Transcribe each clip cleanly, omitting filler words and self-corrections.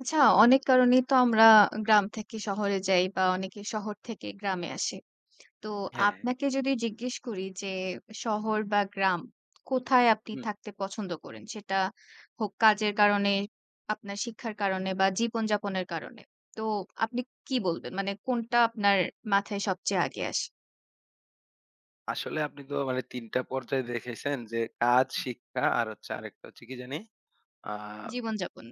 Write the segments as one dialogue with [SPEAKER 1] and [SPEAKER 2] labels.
[SPEAKER 1] আচ্ছা, অনেক কারণেই তো আমরা গ্রাম থেকে শহরে যাই বা অনেকে শহর থেকে গ্রামে আসে। তো
[SPEAKER 2] হ্যাঁ,
[SPEAKER 1] আপনাকে যদি জিজ্ঞেস করি যে শহর বা গ্রাম কোথায় আপনি
[SPEAKER 2] হুম।
[SPEAKER 1] থাকতে পছন্দ করেন? সেটা হোক কাজের কারণে, আপনার শিক্ষার কারণে বা জীবনযাপনের কারণে। তো আপনি কি বলবেন? মানে কোনটা আপনার মাথায় সবচেয়ে আগে আসে?
[SPEAKER 2] আসলে আপনি তো মানে ৩ টা পর্যায়ে দেখেছেন যে কাজ, শিক্ষা আর হচ্ছে আরেকটা হচ্ছে কি জানি? আ
[SPEAKER 1] জীবনযাপন।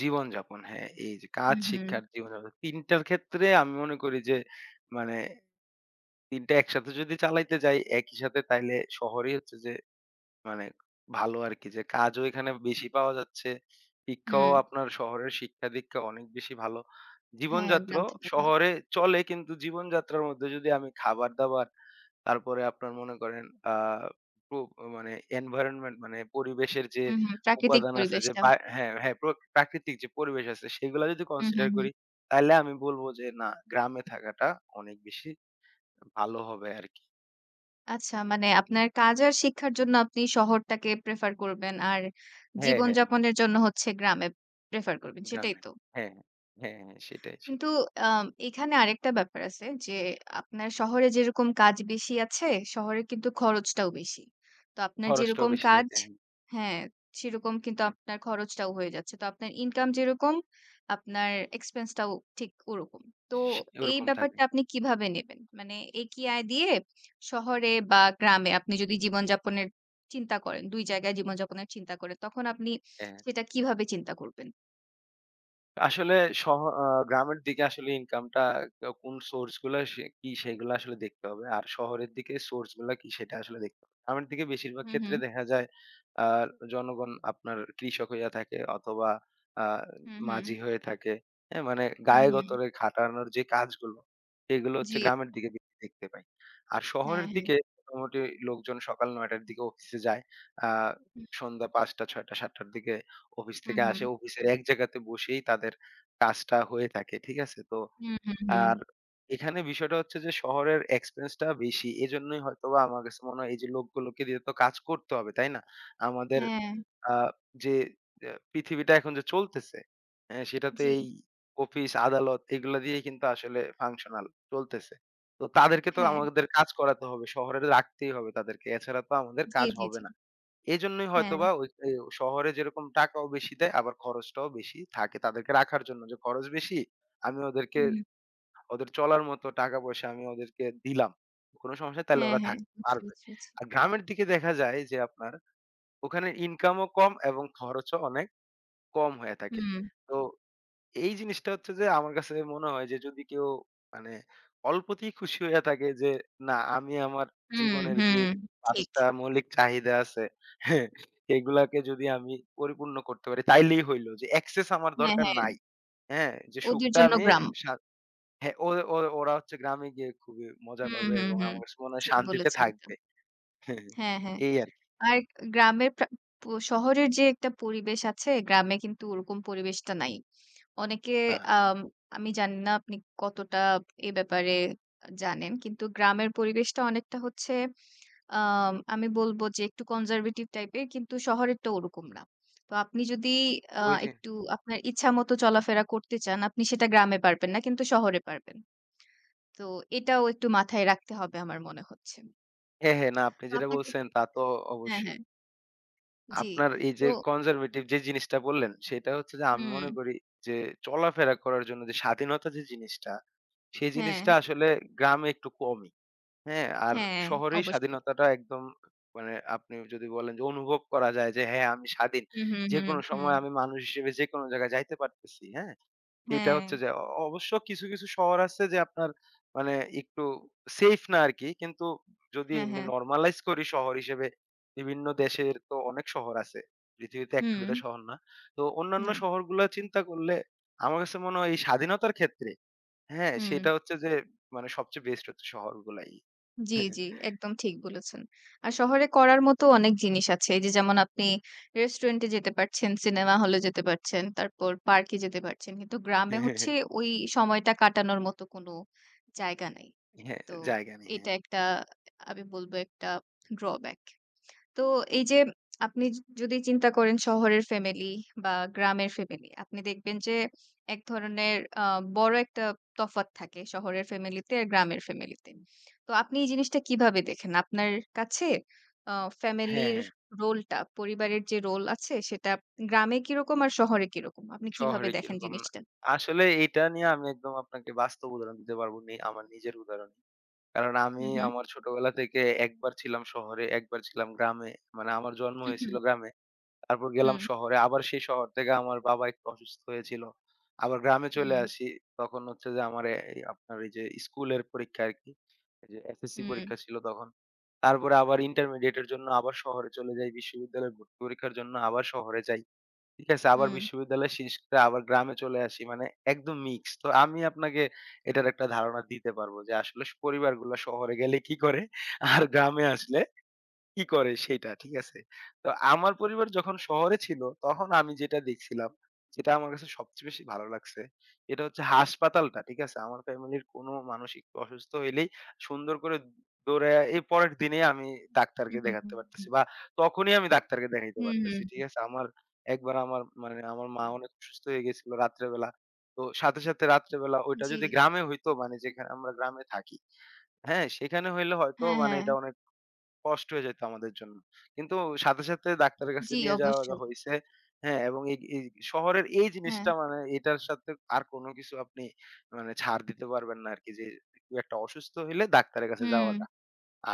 [SPEAKER 2] জীবনযাপন। হ্যাঁ, এই যে কাজ,
[SPEAKER 1] হুম, হুম,
[SPEAKER 2] শিক্ষা আর জীবনযাপন ৩ টার ক্ষেত্রে আমি মনে করি যে মানে ৩ টা একসাথে যদি চালাইতে যাই একই সাথে তাইলে শহরেই হচ্ছে যে মানে ভালো আরকি, যে কাজও এখানে বেশি পাওয়া যাচ্ছে। শিক্ষাও
[SPEAKER 1] হুম।
[SPEAKER 2] আপনার শহরের শিক্ষা-দীক্ষা অনেক বেশি ভালো।
[SPEAKER 1] হ্যাঁ, গ্রাম
[SPEAKER 2] জীবনযাত্রাও
[SPEAKER 1] থেকে ভালো।
[SPEAKER 2] শহরে চলে, কিন্তু জীবনযাত্রার মধ্যে যদি আমি খাবার-দাবার, তারপরে আপনার মনে করেন আ প্রো মানে এনভায়রনমেন্ট মানে পরিবেশের যে
[SPEAKER 1] হুম, হুম। প্রাকৃতিক
[SPEAKER 2] উপাদান আছে যে
[SPEAKER 1] পরিবেশটা।
[SPEAKER 2] বা হ্যাঁ, হ্যাঁ, প্রাকৃতিক যে পরিবেশ আছে, সেগুলা যদি
[SPEAKER 1] হুম,
[SPEAKER 2] কনসিডার
[SPEAKER 1] হুম।
[SPEAKER 2] করি, তাইলে আমি বলব যে না, গ্রামে থাকাটা অনেক বেশি ভালো হবে আরকি।
[SPEAKER 1] আচ্ছা, মানে আপনার কাজ আর শিক্ষার জন্য আপনি শহরটাকে প্রেফার করবেন। আর
[SPEAKER 2] হ্যাঁ, হ্যাঁ, হ্যাঁ।
[SPEAKER 1] জীবনযাপনের জন্য হচ্ছে গ্রামে প্রেফার করবেন। সেটাই
[SPEAKER 2] গ্রামে।
[SPEAKER 1] তো?
[SPEAKER 2] হ্যাঁ, হ্যাঁ, হ্যাঁ, হ্যাঁ, সেটাই,
[SPEAKER 1] কিন্তু
[SPEAKER 2] সেটাই।
[SPEAKER 1] এখানে আরেকটা ব্যাপার আছে যে আপনার শহরে যেরকম কাজ বেশি আছে, শহরে কিন্তু খরচটাও বেশি। তো আপনার
[SPEAKER 2] খরচটাও
[SPEAKER 1] যেরকম
[SPEAKER 2] বেশি
[SPEAKER 1] কাজ
[SPEAKER 2] থাকে। হ্যাঁ,
[SPEAKER 1] হ্যাঁ, সেরকম কিন্তু
[SPEAKER 2] হ্যাঁ।
[SPEAKER 1] আপনার খরচটাও হয়ে যাচ্ছে। তো আপনার ইনকাম যেরকম, আপনার এক্সপেন্সটাও ঠিক ওরকম। তো
[SPEAKER 2] সে
[SPEAKER 1] এই
[SPEAKER 2] ওরকম থাকে।
[SPEAKER 1] ব্যাপারটা আপনি কিভাবে নেবেন? মানে একই আয় দিয়ে শহরে বা গ্রামে আপনি যদি জীবনযাপনের চিন্তা করেন, ২ জায়গায় জীবনযাপনের চিন্তা করেন, তখন আপনি
[SPEAKER 2] হ্যাঁ।
[SPEAKER 1] সেটা কিভাবে চিন্তা করবেন?
[SPEAKER 2] আসলে শহ আ গ্রামের দিকে আসলে ইনকামটা কোন সোর্স গুলা সে কি সেগুলা আসলে দেখতে হবে। আর শহরের দিকে সোর্স গুলা কি সেটা আসলে দেখতে হবে। গ্রামের দিকে বেশিরভাগ
[SPEAKER 1] হু, হু।
[SPEAKER 2] ক্ষেত্রে দেখা যায় আ জনগণ আপনার কৃষক হইয়া থাকে, অথবা আ
[SPEAKER 1] হু, হু।
[SPEAKER 2] মাঝি হয়ে থাকে। হ্যাঁ? মানে
[SPEAKER 1] হু,
[SPEAKER 2] গায়ে
[SPEAKER 1] হু।
[SPEAKER 2] গতরে খাটানোর যে কাজগুলো, সেগুলো হচ্ছে
[SPEAKER 1] জি।
[SPEAKER 2] গ্রামের দিকে বেশি দেখতে পাই। আর
[SPEAKER 1] হ্যাঁ,
[SPEAKER 2] শহরের
[SPEAKER 1] হ্যাঁ।
[SPEAKER 2] দিকে মোটামুটি লোকজন সকাল ৯ টার দিকে অফিসে যায়। আ
[SPEAKER 1] হুম,
[SPEAKER 2] সন্ধ্যা ৫টা, ৬টা, ৭টার দিকে অফিস
[SPEAKER 1] হুম,
[SPEAKER 2] থেকে
[SPEAKER 1] হুম,
[SPEAKER 2] আসে। অফিসের এক জায়গাতে বসেই তাদের কাজটা হয়ে থাকে। ঠিক আছে? তো
[SPEAKER 1] হুম, হুম। হুম।
[SPEAKER 2] আর এখানে বিষয়টা হচ্ছে যে শহরের এক্সপেন্সটা বেশি। এজন্যই হয়তোবা আমার কাছে মনে হয় এই যে লোকগুলোকে দিয়ে তো কাজ করতে হবে, তাই না? আমাদের
[SPEAKER 1] হ্যাঁ,
[SPEAKER 2] আ যে আ পৃথিবীটা এখন যে চলতেছে, হ্যাঁ? সেটা তো
[SPEAKER 1] জি,
[SPEAKER 2] এই অফিস, আদালত এগুলো দিয়েই কিন্তু আসলে ফাংশনাল চলতেছে। তো তাদেরকে তো
[SPEAKER 1] হ্যাঁ,
[SPEAKER 2] আমাদের কাজ করাতে হবে। শহরে রাখতেই হবে তাদেরকে। এছাড়া তো আমাদের
[SPEAKER 1] জি,
[SPEAKER 2] কাজ
[SPEAKER 1] জি,
[SPEAKER 2] হবে
[SPEAKER 1] জি।
[SPEAKER 2] না। এজন্যই
[SPEAKER 1] হ্যাঁ,
[SPEAKER 2] হয়তোবা ওই এ শহরে যেরকম টাকাও বেশি দেয়, আবার খরচটাও বেশি থাকে তাদেরকে রাখার জন্য, যে খরচ বেশি, আমি ওদেরকে
[SPEAKER 1] হুম, হুম।
[SPEAKER 2] ওদের চলার মতো টাকা-পয়সা আমি ওদেরকে দিলাম। কোনো সমস্যা তাইলে
[SPEAKER 1] হ্যাঁ,
[SPEAKER 2] ওরা
[SPEAKER 1] হ্যাঁ।
[SPEAKER 2] থাকতে
[SPEAKER 1] বুঝছি,
[SPEAKER 2] পারবে।
[SPEAKER 1] বুঝছি, বুঝছি।
[SPEAKER 2] আর গ্রামের দিকে দেখা যায় যে আপনার ওখানে ইনকামও কম এবং খরচও অনেক কম হয়ে থাকে।
[SPEAKER 1] হুম,
[SPEAKER 2] তো এই জিনিসটা হচ্ছে যে আমার কাছে মনে হয় যে যদি কেউ মানে অল্পতেই খুশি হইয়া থাকে, যে না, আমি আমার
[SPEAKER 1] হুম,
[SPEAKER 2] জীবনের যে
[SPEAKER 1] হুম, ঠিক।
[SPEAKER 2] ৫টা মৌলিক চাহিদা আছে, হ্যাঁ, এগুলাকে যদি আমি পরিপূর্ণ করতে পারি, তাইলেই হইলো, যে এক্সেস আমার
[SPEAKER 1] হ্যাঁ,
[SPEAKER 2] দরকার
[SPEAKER 1] হ্যাঁ।
[SPEAKER 2] নাই। হ্যাঁ? যে
[SPEAKER 1] ওদের
[SPEAKER 2] সুখটা
[SPEAKER 1] জন্য
[SPEAKER 2] আমি
[SPEAKER 1] গ্রাম।
[SPEAKER 2] সা হ্যাঁ, ও ও ওরা হচ্ছে গ্রামে গিয়ে খুবই মজা
[SPEAKER 1] হুম,
[SPEAKER 2] পাবে
[SPEAKER 1] হুম,
[SPEAKER 2] এবং
[SPEAKER 1] হুম।
[SPEAKER 2] আমার কাছে মনে হয়
[SPEAKER 1] ঠিক
[SPEAKER 2] শান্তিতে
[SPEAKER 1] বলেছেন এটা।
[SPEAKER 2] থাকবে। হ্যাঁ,
[SPEAKER 1] হ্যাঁ, হ্যাঁ।
[SPEAKER 2] এই আরকি।
[SPEAKER 1] আর গ্রামের প্রা প শহরের যে একটা পরিবেশ আছে, গ্রামে কিন্তু ওরকম পরিবেশটা নাই। অনেকে
[SPEAKER 2] না, না,
[SPEAKER 1] আম আমি জানি না আপনি কতটা এ ব্যাপারে জানেন। কিন্তু গ্রামের পরিবেশটা অনেকটা হচ্ছে আমি বলব যে একটু কনজারভেটিভ টাইপের, কিন্তু শহরেরটা ওরকম না। তো আপনি যদি আ
[SPEAKER 2] ওই যে,
[SPEAKER 1] একটু আপনার ইচ্ছামত চলাফেরা করতে চান, আপনি সেটা গ্রামে পারবেন না কিন্তু শহরে পারবেন। তো এটাও একটু মাথায় রাখতে হবে আমার মনে হচ্ছে।
[SPEAKER 2] হ্যাঁ, হ্যাঁ, না, আপনি
[SPEAKER 1] তো
[SPEAKER 2] যেটা
[SPEAKER 1] আপনাকে
[SPEAKER 2] বলছেন তা তো
[SPEAKER 1] হ্যাঁ,
[SPEAKER 2] অবশ্যই।
[SPEAKER 1] হ্যাঁ। জি।
[SPEAKER 2] আপনার এই যে
[SPEAKER 1] তো
[SPEAKER 2] কনজারভেটিভ যে জিনিসটা বললেন, সেটা হচ্ছে যে আমি মনে
[SPEAKER 1] হুম,
[SPEAKER 2] করি যে চলাফেরা করার জন্য যে স্বাধীনতা যে জিনিসটা, সেই
[SPEAKER 1] হ্যাঁ,
[SPEAKER 2] জিনিসটা আসলে গ্রামে একটু কমই। হ্যাঁ? আর
[SPEAKER 1] হ্যাঁ,
[SPEAKER 2] শহরেই
[SPEAKER 1] অবশ্যই।
[SPEAKER 2] স্বাধীনতাটা একদম মানে আপনি যদি বলেন, যে অনুভব করা যায় যে হ্যাঁ, আমি স্বাধীন।
[SPEAKER 1] হুম, হুম, হুম,
[SPEAKER 2] যেকোনো
[SPEAKER 1] হুম।
[SPEAKER 2] সময় আমি মানুষ হিসেবে যেকোনো জায়গায় যাইতে পারতেছি। হ্যাঁ? এটা
[SPEAKER 1] হ্যাঁ,
[SPEAKER 2] হচ্ছে যে অবশ্য কিছু, কিছু শহর আছে যে আপনার মানে একটু সেফ না আরকি। কিন্তু যদি
[SPEAKER 1] হ্যাঁ,
[SPEAKER 2] এমনি
[SPEAKER 1] হ্যাঁ।
[SPEAKER 2] নরমালাইজ করি শহর হিসেবে, বিভিন্ন দেশের তো অনেক শহর আছে। পৃথিবীতে ১ টা
[SPEAKER 1] হুম,
[SPEAKER 2] ২ টা শহর না। তো অন্যান্য
[SPEAKER 1] না,
[SPEAKER 2] শহরগুলা চিন্তা করলে আমার কাছে মনে হয় এই স্বাধীনতার ক্ষেত্রে, হ্যাঁ,
[SPEAKER 1] হুম।
[SPEAKER 2] সেটা হচ্ছে যে মানে সবচেয়ে বেস্ট হচ্ছে শহরগুলাই।
[SPEAKER 1] জি, জি, একদম ঠিক বলেছেন। আর শহরে করার মতো অনেক জিনিস আছে। এই যে যেমন আপনি রেস্টুরেন্টে যেতে পারছেন, সিনেমা হলে যেতে পারছেন, তারপর পার্কে যেতে পারছেন। কিন্তু গ্রামে হচ্ছে ওই সময়টা কাটানোর মতো কোনো জায়গা নেই।
[SPEAKER 2] হ্যাঁ,
[SPEAKER 1] তো
[SPEAKER 2] জায়গা নেই। হ্যাঁ,
[SPEAKER 1] এটা একটা, আমি বলব একটা ড্রব্যাক। তো এই যে আপনি যদি চিন্তা করেন শহরের ফ্যামিলি বা গ্রামের ফ্যামিলি, আপনি দেখবেন যে এক ধরনের বড় একটা তফাৎ থাকে শহরের ফ্যামিলিতে আর গ্রামের ফ্যামিলিতে। তো আপনি এই জিনিসটা কিভাবে দেখেন? আপনার কাছে আ
[SPEAKER 2] হ্যাঁ,
[SPEAKER 1] ফ্যামিলির
[SPEAKER 2] হ্যাঁ।
[SPEAKER 1] রোলটা, পরিবারের যে রোল আছে সেটা গ্রামে কিরকম আর শহরে কিরকম? আপনি কিভাবে
[SPEAKER 2] শহরে
[SPEAKER 1] দেখেন
[SPEAKER 2] কিরকম না।
[SPEAKER 1] জিনিসটা?
[SPEAKER 2] আসলে এইটা নিয়ে আমি একদম আপনাকে বাস্তব উদাহরণ দিতে পারব নি আমার নিজের উদাহরণ। কারণ
[SPEAKER 1] হু,
[SPEAKER 2] আমি
[SPEAKER 1] হু,
[SPEAKER 2] আমার ছোটবেলা থেকে একবার ছিলাম শহরে, একবার ছিলাম গ্রামে। মানে আমার জন্ম
[SPEAKER 1] হু,
[SPEAKER 2] হয়েছিল গ্রামে। তারপর
[SPEAKER 1] হু,
[SPEAKER 2] গেলাম শহরে। আবার সেই শহর থেকে আমার বাবা একটু অসুস্থ হয়েছিল। আবার গ্রামে চলে
[SPEAKER 1] হুম,
[SPEAKER 2] আসি। তখন হচ্ছে যে আমার এ এই আপনার এই যে স্কুলের পরীক্ষা আরকি। এই যে এসএসসি
[SPEAKER 1] হুম, হুম,
[SPEAKER 2] পরীক্ষা ছিল তখন। তারপরে আবার ইন্টারমিডিয়েট এর জন্য আবার শহরে চলে যাই। বিশ্ববিদ্যালয়ে ভর্তি পরীক্ষার জন্য আবার শহরে যাই। ঠিক আছে, আবার
[SPEAKER 1] হুম,
[SPEAKER 2] বিশ্ববিদ্যালয় শেষ করে আবার গ্রামে চলে আসি। মানে একদম মিক্স। তো আমি আপনাকে এটার একটা ধারণা দিতে পারবো যে আসলে পরিবারগুলো শহরে গেলে কি করে আর গ্রামে আসলে কি করে সেটা, ঠিক আছে? তো আমার পরিবার যখন শহরে ছিল, তখন আমি যেটা দেখছিলাম, যেটা আমার কাছে সবচেয়ে বেশি ভালো লাগছে, এটা হচ্ছে হাসপাতালটা, ঠিক আছে? আমার ফ্যামিলির কোনো মানুষ একটু অসুস্থ হইলেই সুন্দর করে দৌড়াইয়া এর পরের দিনেই আমি ডাক্তারকে
[SPEAKER 1] হুম, হুম,
[SPEAKER 2] দেখাতে পারতেছি,
[SPEAKER 1] হুম,
[SPEAKER 2] বা তখনই আমি ডাক্তারকে দেখাইতে
[SPEAKER 1] হুম,
[SPEAKER 2] পারতেছি,
[SPEAKER 1] হুম,
[SPEAKER 2] ঠিক আছে? আমার একবার আমার মানে আমার মা অনেক অসুস্থ হয়ে গেছিল রাত্রেবেলা। তো সাথে, সাথে রাত্রেবেলা ওইটা
[SPEAKER 1] জি,
[SPEAKER 2] যদি গ্রামে হইতো, মানে যেখানে আমরা গ্রামে থাকি, হ্যাঁ? সেখানে হইলে হয়তো
[SPEAKER 1] হ্যাঁ,
[SPEAKER 2] মানে
[SPEAKER 1] হ্যাঁ,
[SPEAKER 2] এটা অনেক কষ্ট হয়ে যেত আমাদের জন্য। কিন্তু সাথে, সাথে ডাক্তারের কাছে
[SPEAKER 1] জি
[SPEAKER 2] নিয়ে যাওয়া
[SPEAKER 1] অবশ্যই,
[SPEAKER 2] হইছে। হ্যাঁ? এবং এই এই শহরের এই
[SPEAKER 1] হ্যাঁ।
[SPEAKER 2] জিনিসটা মানে এটার সাথে আর কোন কিছু আপনি মানে ছাড় দিতে পারবেন না আরকি, যে কেউ একটা অসুস্থ হইলে ডাক্তারের কাছে
[SPEAKER 1] হুম,
[SPEAKER 2] যাওয়াটা।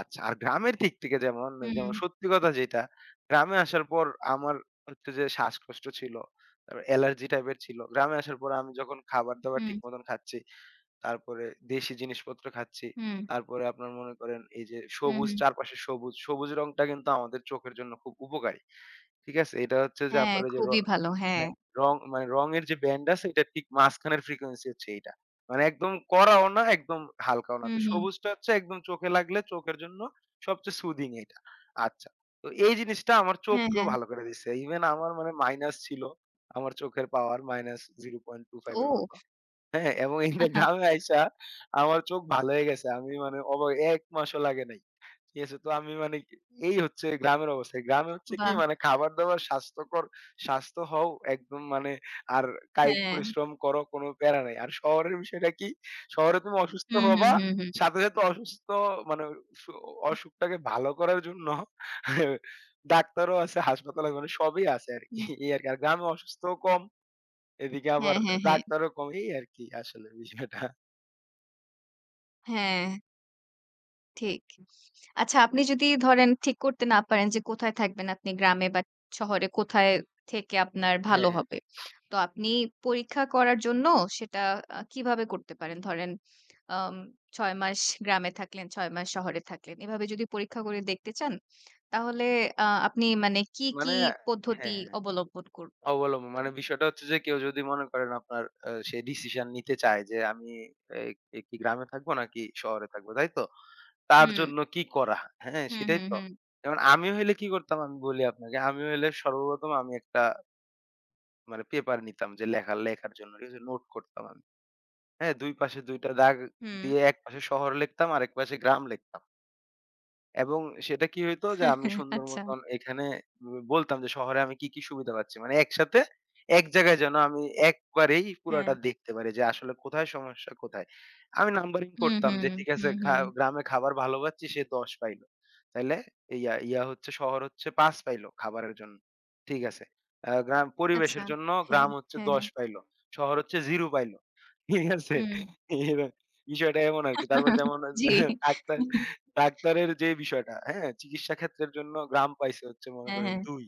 [SPEAKER 2] আচ্ছা, আর গ্রামের দিক থেকে যেমন, যেমন
[SPEAKER 1] হুম,
[SPEAKER 2] সত্যি কথা যেটা, গ্রামে আসার পর আমার হচ্ছে যে শ্বাসকষ্ট ছিল, তারপর অ্যালার্জি টাইপের ছিল। গ্রামে আসার পর আমি যখন খাবার-দাবার
[SPEAKER 1] হুম,
[SPEAKER 2] ঠিক মতন খাচ্ছি, তারপরে দেশি জিনিসপত্র খাচ্ছি।
[SPEAKER 1] হুম,
[SPEAKER 2] তারপরে আপনার মনে করেন এই যে
[SPEAKER 1] হুম,
[SPEAKER 2] সবুজ,
[SPEAKER 1] হুম।
[SPEAKER 2] চারপাশে সবুজ, সবুজ রংটা কিন্তু আমাদের চোখের জন্য খুব উপকারী। ঠিক আছে? এটা হচ্ছে যে
[SPEAKER 1] হ্যাঁ,
[SPEAKER 2] আপনার ওই যে
[SPEAKER 1] খুবই ভালো। হ্যাঁ।
[SPEAKER 2] হ্যাঁ, রং মানে রঙের যে ব্যান্ড আছে, এটার ঠিক মাঝখানের ফ্রিকোয়েন্সি হচ্ছে এইটা। মানে একদম কড়াও না, একদম হালকাও না।
[SPEAKER 1] হুম,
[SPEAKER 2] তো
[SPEAKER 1] হুম।
[SPEAKER 2] সবুজটা হচ্ছে একদম চোখে লাগলে চোখের জন্য সবচেয়ে সুদিং এইটা। আচ্ছা। তো এই জিনিসটা আমার
[SPEAKER 1] হ্যাঁ,
[SPEAKER 2] চোখকেও
[SPEAKER 1] হ্যাঁ।
[SPEAKER 2] ভালো করে দিছে। ইভেন আমার মানে মাইনাস ছিল। আমার চোখের পাওয়ার -0.25 এর
[SPEAKER 1] ও!
[SPEAKER 2] মতো। হ্যাঁ, এবং এটার দামে আইসা আমার চোখ ভালো হয়ে গেছে। আমি মানে অবাক, ১ মাসও লাগে নাই। ঠিক আছে? তো আমি মানে এই হচ্ছে গ্রামের অবস্থা। গ্রামে হচ্ছে কি
[SPEAKER 1] বাহ!
[SPEAKER 2] মানে খাবার-দাবার স্বাস্থ্যকর, স্বাস্থ্য হও একদম মানে, আর কায়িক
[SPEAKER 1] হ্যাঁ।
[SPEAKER 2] পরিশ্রম করো, কোনো প্যারা নাই। আর শহরের বিষয়টা কি? শহরে তুমি অসুস্থ
[SPEAKER 1] হুম, হুম,
[SPEAKER 2] হবা,
[SPEAKER 1] হুম,
[SPEAKER 2] সাথে, সাথে অসুস্থ মানে সু
[SPEAKER 1] হুম।
[SPEAKER 2] অসুখটাকে ভালো করার জন্য ডাক্তারও আছে, হাসপাতাল আছে, মানে সবই আছে আরকি।
[SPEAKER 1] হুম।
[SPEAKER 2] এই আরকি। আর গ্রামে অসুস্থও কম। এদিকে আবার
[SPEAKER 1] হ্যাঁ, হ্যাঁ, হ্যাঁ।
[SPEAKER 2] ডাক্তারও কম, এই আরকি আসলে বিষয়টা।
[SPEAKER 1] হ্যাঁ। ঠিক। আচ্ছা, আপনি যদি ধরেন ঠিক করতে না পারেন যে কোথায় থাকবেন, আপনি গ্রামে বা শহরে কোথায় থেকে আপনার
[SPEAKER 2] হ্যাঁ,
[SPEAKER 1] ভালো
[SPEAKER 2] হ্যাঁ।
[SPEAKER 1] হবে। তো আপনি পরীক্ষা করার জন্য সেটা কিভাবে করতে পারেন? ধরেন আম ৬ মাস গ্রামে থাকলেন, ৬ মাস শহরে থাকলেন। এভাবে যদি পরীক্ষা করে দেখতে চান তাহলে আপনি মানে কি,
[SPEAKER 2] মানে
[SPEAKER 1] কি
[SPEAKER 2] হ্যাঁ,
[SPEAKER 1] পদ্ধতি
[SPEAKER 2] হ্যাঁ।
[SPEAKER 1] অবলম্বন করব
[SPEAKER 2] অবলম্বন মানে বিষয়টা হচ্ছে যে কেউ যদি মনে করেন আপনার সে ডিসিশন নিতে চায় যে আমি এ এ কি গ্রামে থাকবো নাকি শহরে থাকবো, তাই তো? তার
[SPEAKER 1] হুম,
[SPEAKER 2] জন্য কি করা? হ্যাঁ,
[SPEAKER 1] হুম,
[SPEAKER 2] সেটাই
[SPEAKER 1] হুম,
[SPEAKER 2] তো।
[SPEAKER 1] হুম,
[SPEAKER 2] যেমন আমি হইলে কি করতাম আমি বলি আপনাকে। আমি হইলে সর্বপ্রথম আমি একটা মানে পেপার নিতাম যে লেখার লেখার জন্য, ঠিক আছে? নোট করতাম আমি। হ্যাঁ, ২ পাশে ২ টা দাগ
[SPEAKER 1] হুম।
[SPEAKER 2] দিয়ে এক পাশে শহর লিখতাম, আরেক পাশে গ্রাম লিখতাম। এবং সেটা কি হইতো যে আমি সুন্দর
[SPEAKER 1] আচ্ছা,
[SPEAKER 2] মতন এখানে বলতাম যে শহরে আমি কি, কি সুবিধা পাচ্ছি। মানে একসাথে এক জায়গায় যেন আমি একবারেই
[SPEAKER 1] হ্যাঁ।
[SPEAKER 2] পুরাটা দেখতে পারি যে আসলে কোথায় সমস্যা কোথায়। আমি নাম্বারিং
[SPEAKER 1] হুম,
[SPEAKER 2] করতাম
[SPEAKER 1] হুম,
[SPEAKER 2] যে ঠিক আছে
[SPEAKER 1] হুম, হুম।
[SPEAKER 2] গ্রামে খাবার ভালো পাচ্ছি, সে ১০ পাইলো। তাইলে ইয়া ইয়া হচ্ছে শহর হচ্ছে ৫ পাইলো খাবারের জন্য। ঠিক আছে। গ্রাম
[SPEAKER 1] আচ্ছা।
[SPEAKER 2] পরিবেশের জন্য
[SPEAKER 1] হ্যাঁ,
[SPEAKER 2] গ্রাম হচ্ছে
[SPEAKER 1] হ্যাঁ,
[SPEAKER 2] ১০
[SPEAKER 1] হ্যাঁ।
[SPEAKER 2] পাইলো। শহর হচ্ছে ০ পাইলো। ঠিক আছে?
[SPEAKER 1] হুম।
[SPEAKER 2] এরা বিষয়টা এমন আরকি। তারপরে যেমন
[SPEAKER 1] জি।
[SPEAKER 2] ডাক্তার ডাক্তারের যে বিষয়টা, হ্যাঁ? চিকিৎসা ক্ষেত্রের জন্য গ্রাম পাইছে হচ্ছে মনে
[SPEAKER 1] হ্যাঁ,
[SPEAKER 2] করেন
[SPEAKER 1] হ্যাঁ,
[SPEAKER 2] ২,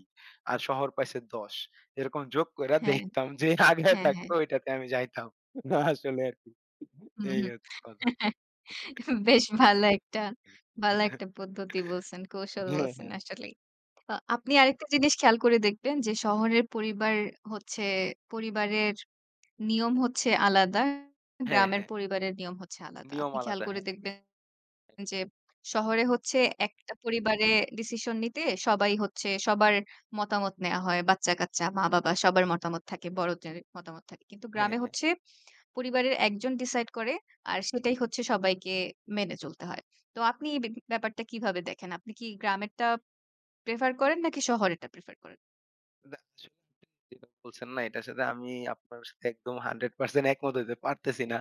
[SPEAKER 2] আর শহর পাইছে ১০। এরকম যোগ কইরা
[SPEAKER 1] হ্যাঁ,
[SPEAKER 2] দেখতাম যে আগায়
[SPEAKER 1] হ্যাঁ,
[SPEAKER 2] থাকতো
[SPEAKER 1] হ্যাঁ।
[SPEAKER 2] ওইটাতে আমি যাইতাম। না আসলে আরকি।
[SPEAKER 1] হুম,
[SPEAKER 2] এই
[SPEAKER 1] হুম।
[SPEAKER 2] হচ্ছে কথা।
[SPEAKER 1] বেশ ভালো একটা ভালো একটা পদ্ধতি বলছেন, কৌশল
[SPEAKER 2] হ্যাঁ,
[SPEAKER 1] বলছেন
[SPEAKER 2] হ্যাঁ।
[SPEAKER 1] আসলেই। আপনি আরেকটা জিনিস খেয়াল করে দেখবেন যে শহরের পরিবার হচ্ছে পরিবারের নিয়ম হচ্ছে আলাদা,
[SPEAKER 2] হ্যাঁ,
[SPEAKER 1] গ্রামের
[SPEAKER 2] হ্যাঁ।
[SPEAKER 1] পরিবারের নিয়ম হচ্ছে আলাদা।
[SPEAKER 2] নিয়ম
[SPEAKER 1] আপনি খেয়াল
[SPEAKER 2] আলাদা।
[SPEAKER 1] করে
[SPEAKER 2] হ্যাঁ,
[SPEAKER 1] দেখবেন যে শহরে হচ্ছে একটা পরিবারে ডিসিশন নিতে সবাই হচ্ছে সবার মতামত নেওয়া হয়। বাচ্চা-কাচ্চা, মা-বাবা সবার মতামত থাকে, বড়দের মতামত থাকে। কিন্তু
[SPEAKER 2] হ্যাঁ,
[SPEAKER 1] গ্রামে
[SPEAKER 2] হ্যাঁ।
[SPEAKER 1] হচ্ছে পরিবারের একজন ডিসাইড করে। আর সেটাই হচ্ছে সবাইকে মেনে চলতে হয়। তো আপনি এই ব্যাপারটা কিভাবে দেখেন? আপনি কি গ্রামেরটা প্রেফার করেন নাকি শহরেরটা প্রেফার করেন?
[SPEAKER 2] না আসলে যেটা বলছেন না এটার সাথে আমি আপনার সাথে একদম ১০০% একমত হইতে পারতেছি না।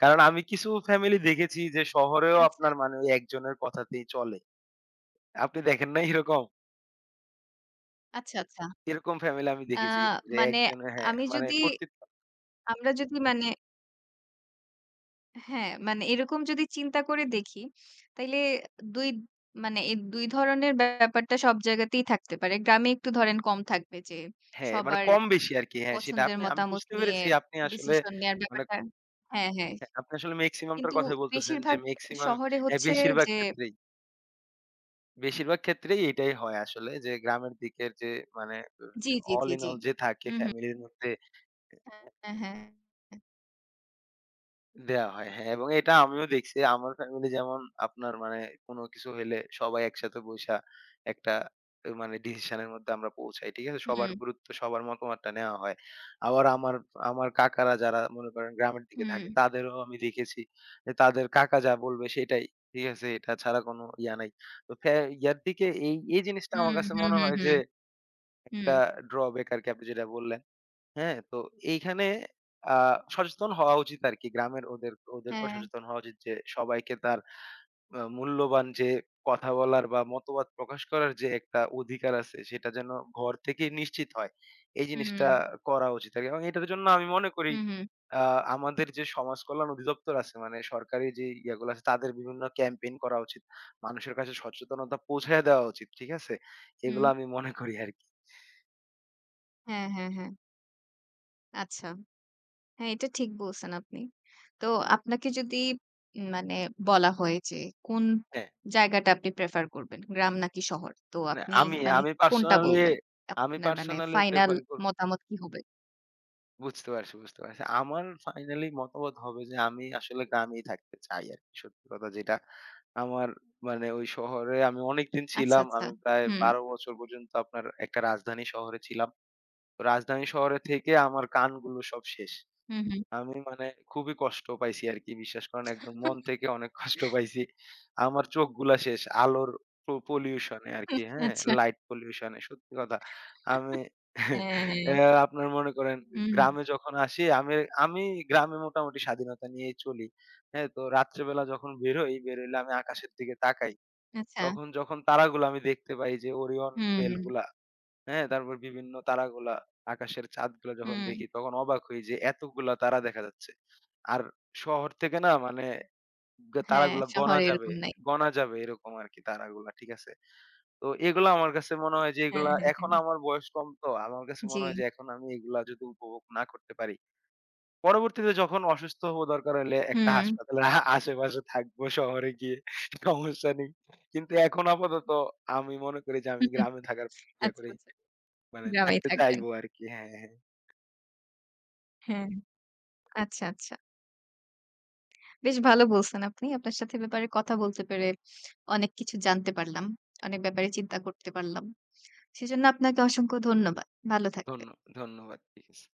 [SPEAKER 2] কারণ আমি কিছু ফ্যামিলি দেখেছি যে শহরেও
[SPEAKER 1] আচ্ছা,
[SPEAKER 2] আপনার মানে ওই একজনের কথাতেই চলে। আপনি দেখেন নাই এরকম?
[SPEAKER 1] আচ্ছা, আচ্ছা।
[SPEAKER 2] এরকম ফ্যামিলি আমি
[SPEAKER 1] আ
[SPEAKER 2] দেখেছি কিন্তু যে
[SPEAKER 1] মানে
[SPEAKER 2] একজন, হ্যাঁ,
[SPEAKER 1] আমি
[SPEAKER 2] মানে
[SPEAKER 1] যদি
[SPEAKER 2] কর্তৃত্ব।
[SPEAKER 1] আমরা যদি মানে হ্যাঁ, মানে এরকম যদি চিন্তা করে দেখি, তাইলে ২ মানে এই ২ ধরনের ব্যাপারটা সব জায়গাতেই থাকতে পারে। গ্রামে একটু ধরেন কম থাকবে যে
[SPEAKER 2] হ্যাঁ, মানে
[SPEAKER 1] সবার
[SPEAKER 2] কম বেশি আরকি। হ্যাঁ, সেটা
[SPEAKER 1] পছন্দের
[SPEAKER 2] আপনি, আমি
[SPEAKER 1] মতামত
[SPEAKER 2] বুঝতে
[SPEAKER 1] নিয়ে
[SPEAKER 2] পেরেছি আপনি আসলে
[SPEAKER 1] ডিসিশন নেয়ার
[SPEAKER 2] মানে
[SPEAKER 1] ব্যাপারটা হ্যাঁ, হ্যাঁ।
[SPEAKER 2] হ্যাঁ, আপনি আসলে মেক্সিমাম টার
[SPEAKER 1] কিন্তু
[SPEAKER 2] কথাই বলতেছেন যে
[SPEAKER 1] বেশিরভাগ
[SPEAKER 2] মেক্সিমাম,
[SPEAKER 1] শহরে
[SPEAKER 2] হ্যাঁ,
[SPEAKER 1] হচ্ছে
[SPEAKER 2] বেশিরভাগ
[SPEAKER 1] যে
[SPEAKER 2] ক্ষেত্রেই, বেশিরভাগ ক্ষেত্রেই এটাই হয় আসলে যে গ্রামের দিকের যে মানে
[SPEAKER 1] জি, জি,
[SPEAKER 2] অল
[SPEAKER 1] জি,
[SPEAKER 2] ইন
[SPEAKER 1] জি।
[SPEAKER 2] অল যে থাকে
[SPEAKER 1] হুম, হুম।
[SPEAKER 2] ফ্যামিলির মধ্যে
[SPEAKER 1] হ্যাঁ, হ্যাঁ, হ্যাঁ।
[SPEAKER 2] দেয়া হয়। হ্যাঁ, এবং এটা আমিও দেখছি। আমার ফ্যামিলি যেমন আপনার মানে কোনো কিছু হইলে সবাই একসাথে বইসা একটা মানে ডিসিশন এর মধ্যে আমরা পৌঁছাই। ঠিক আছে? সবার
[SPEAKER 1] হুম,
[SPEAKER 2] গুরুত্ব, সবার মতামতটা নেওয়া হয়। আবার আমার আমার কাকারা যারা মনে করেন গ্রামের দিকে
[SPEAKER 1] হুম,
[SPEAKER 2] থাকে, তাদেরও আমি দেখেছি যে তাদের কাকা যা বলবে সেটাই। ঠিক আছে? এটা ছাড়া কোনো ইয়া নাই। তো ইয়ার দিকে এই জিনিসটা আমার
[SPEAKER 1] হুম,
[SPEAKER 2] কাছে
[SPEAKER 1] হুম,
[SPEAKER 2] মনে
[SPEAKER 1] হুম,
[SPEAKER 2] হয় যে
[SPEAKER 1] হুম,
[SPEAKER 2] একটা
[SPEAKER 1] হুম।
[SPEAKER 2] ড্রব্যাক আরকি, আপনি যেটা বললেন। হ্যাঁ, তো এইখানে আ সচেতন হওয়া উচিত আরকি। গ্রামের ওদেরকেও
[SPEAKER 1] হ্যাঁ,
[SPEAKER 2] সচেতন হওয়া উচিত যে সবাইকে তার মূল্যবান যে কথা বলার বা মতবাদ প্রকাশ করার যে একটা অধিকার আছে, সেটা যেন ঘর থেকেই নিশ্চিত হয়। এই
[SPEAKER 1] হুম,
[SPEAKER 2] জিনিসটা করা উচিত আরকি। এবং এটার জন্য আমি মনে করি
[SPEAKER 1] হুম, হুম,
[SPEAKER 2] আ আমাদের যে সমাজ কল্যাণ অধিদপ্তর আছে, মানে সরকারি যে ইয়াগুলো আছে, তাদের বিভিন্ন ক্যাম্পেইন করা উচিত। মানুষের কাছে সচেতনতা পৌঁছায় দেওয়া উচিত। ঠিক আছে? এগুলো
[SPEAKER 1] হুম।
[SPEAKER 2] আমি মনে করি আরকি।
[SPEAKER 1] হ্যাঁ, হ্যাঁ, হ্যাঁ। আচ্ছা। হ্যাঁ, এটা ঠিক বলছেন আপনি। তো আপনাকে যদি মানে বলা হয় যে কোন
[SPEAKER 2] হ্যাঁ।
[SPEAKER 1] জায়গাটা আপনি প্রেফার করবেন? গ্রাম নাকি শহর? তো
[SPEAKER 2] মানে
[SPEAKER 1] আপনি
[SPEAKER 2] আমি
[SPEAKER 1] মানে
[SPEAKER 2] আমি
[SPEAKER 1] কোনটা
[SPEAKER 2] পার্সোনালি,
[SPEAKER 1] বলবেন?
[SPEAKER 2] আমি
[SPEAKER 1] আপনার মানে
[SPEAKER 2] পার্সোনালি
[SPEAKER 1] ফাইনাল
[SPEAKER 2] প্রেফার কর
[SPEAKER 1] মতামত কি হবে?
[SPEAKER 2] বুঝতে পারছি, বুঝতে পারছি। আমার ফাইনালি মতামত হবে যে আমি আসলে গ্রামেই থাকতে চাই আরকি। সত্যি কথা যেটা, আমার মানে ওই শহরে আমি অনেকদিন
[SPEAKER 1] আচ্ছা,
[SPEAKER 2] ছিলাম।
[SPEAKER 1] আচ্ছা।
[SPEAKER 2] আমি প্রায়
[SPEAKER 1] হুম,
[SPEAKER 2] ১২ বছর পর্যন্ত আপনার একটা রাজধানী শহরে ছিলাম। তো রাজধানী শহরে থেকে আমার কানগুলো সব শেষ।
[SPEAKER 1] হুম, হুম।
[SPEAKER 2] আমি মানে খুবই কষ্ট পাইছি আরকি। বিশ্বাস করেন একদম মন থেকে অনেক কষ্ট পাইছি। আমার চোখগুলা শেষ আলোর পলিউশন এ আরকি, হ্যাঁ?
[SPEAKER 1] আচ্ছা।
[SPEAKER 2] লাইট পলিউশন এ, সত্যি কথা। আমি
[SPEAKER 1] হ্যাঁ, হ্যাঁ।
[SPEAKER 2] অ্যা আপনার মনে করেন
[SPEAKER 1] হুম,
[SPEAKER 2] গ্রামে যখন আসি, আমি আমি গ্রামে মোটামুটি স্বাধীনতা নিয়েই চলি। হ্যাঁ? তো রাত্রেবেলা যখন বেরোই, বেরোইলে আমি আকাশের দিকে তাকাই।
[SPEAKER 1] আচ্ছা।
[SPEAKER 2] তখন যখন তারাগুলো আমি দেখতে পাই যে ওরিয়ন
[SPEAKER 1] হুম,
[SPEAKER 2] বেলগুলা, হ্যাঁ, তারপর বিভিন্ন তারাগুলা, আকাশের চাঁদগুলা যখন
[SPEAKER 1] হুম।
[SPEAKER 2] দেখি, তখন অবাক হই যে এতগুলা তারা দেখা যাচ্ছে। আর শহর থেকে না মানে
[SPEAKER 1] হ্যাঁ,
[SPEAKER 2] তারাগুলা গণা
[SPEAKER 1] শহরে
[SPEAKER 2] যাবে,
[SPEAKER 1] এরকম নাই।
[SPEAKER 2] গণা যাবে এরকম আরকি তারাগুলা, ঠিক আছে? তো এগুলা আমার কাছে মনে হয় যে
[SPEAKER 1] হ্যাঁ,
[SPEAKER 2] এগুলা
[SPEAKER 1] হ্যাঁ, হ্যাঁ।
[SPEAKER 2] এখন আমার বয়স কম, তো আমার কাছে
[SPEAKER 1] জি।
[SPEAKER 2] মনে হয় যে এখন আমি এগুলা যদি উপভোগ না করতে পারি। পরবর্তীতে যখন অসুস্থ হব, দরকার হইলে একটা
[SPEAKER 1] হুম।
[SPEAKER 2] হাসপাতালের আ আশেপাশে থাকবো শহরে গিয়ে, সমস্যা নেই। কিন্তু এখন আপাতত আমি মনে করি যে আমি গ্রামে থাকার ইয়া
[SPEAKER 1] আচ্ছা,
[SPEAKER 2] করি।
[SPEAKER 1] আচ্ছা।
[SPEAKER 2] মানে
[SPEAKER 1] গ্রামেই
[SPEAKER 2] থাকতে
[SPEAKER 1] থাকবেন।
[SPEAKER 2] চাইবো আরকি। হ্যাঁ, হ্যাঁ।
[SPEAKER 1] হ্যাঁ। আচ্ছা, আচ্ছা। বেশ ভালো বলছেন আপনি। আপনার সাথে এ ব্যাপারে কথা বলতে পেরে অনেক কিছু জানতে পারলাম। অনেক ব্যাপারে চিন্তা করতে পারলাম। সেজন্য আপনাকে অসংখ্য ধন্যবাদ। ভালো
[SPEAKER 2] ধন্য
[SPEAKER 1] থাকবেন।
[SPEAKER 2] ধন্যবাদ। ঠিক আছে।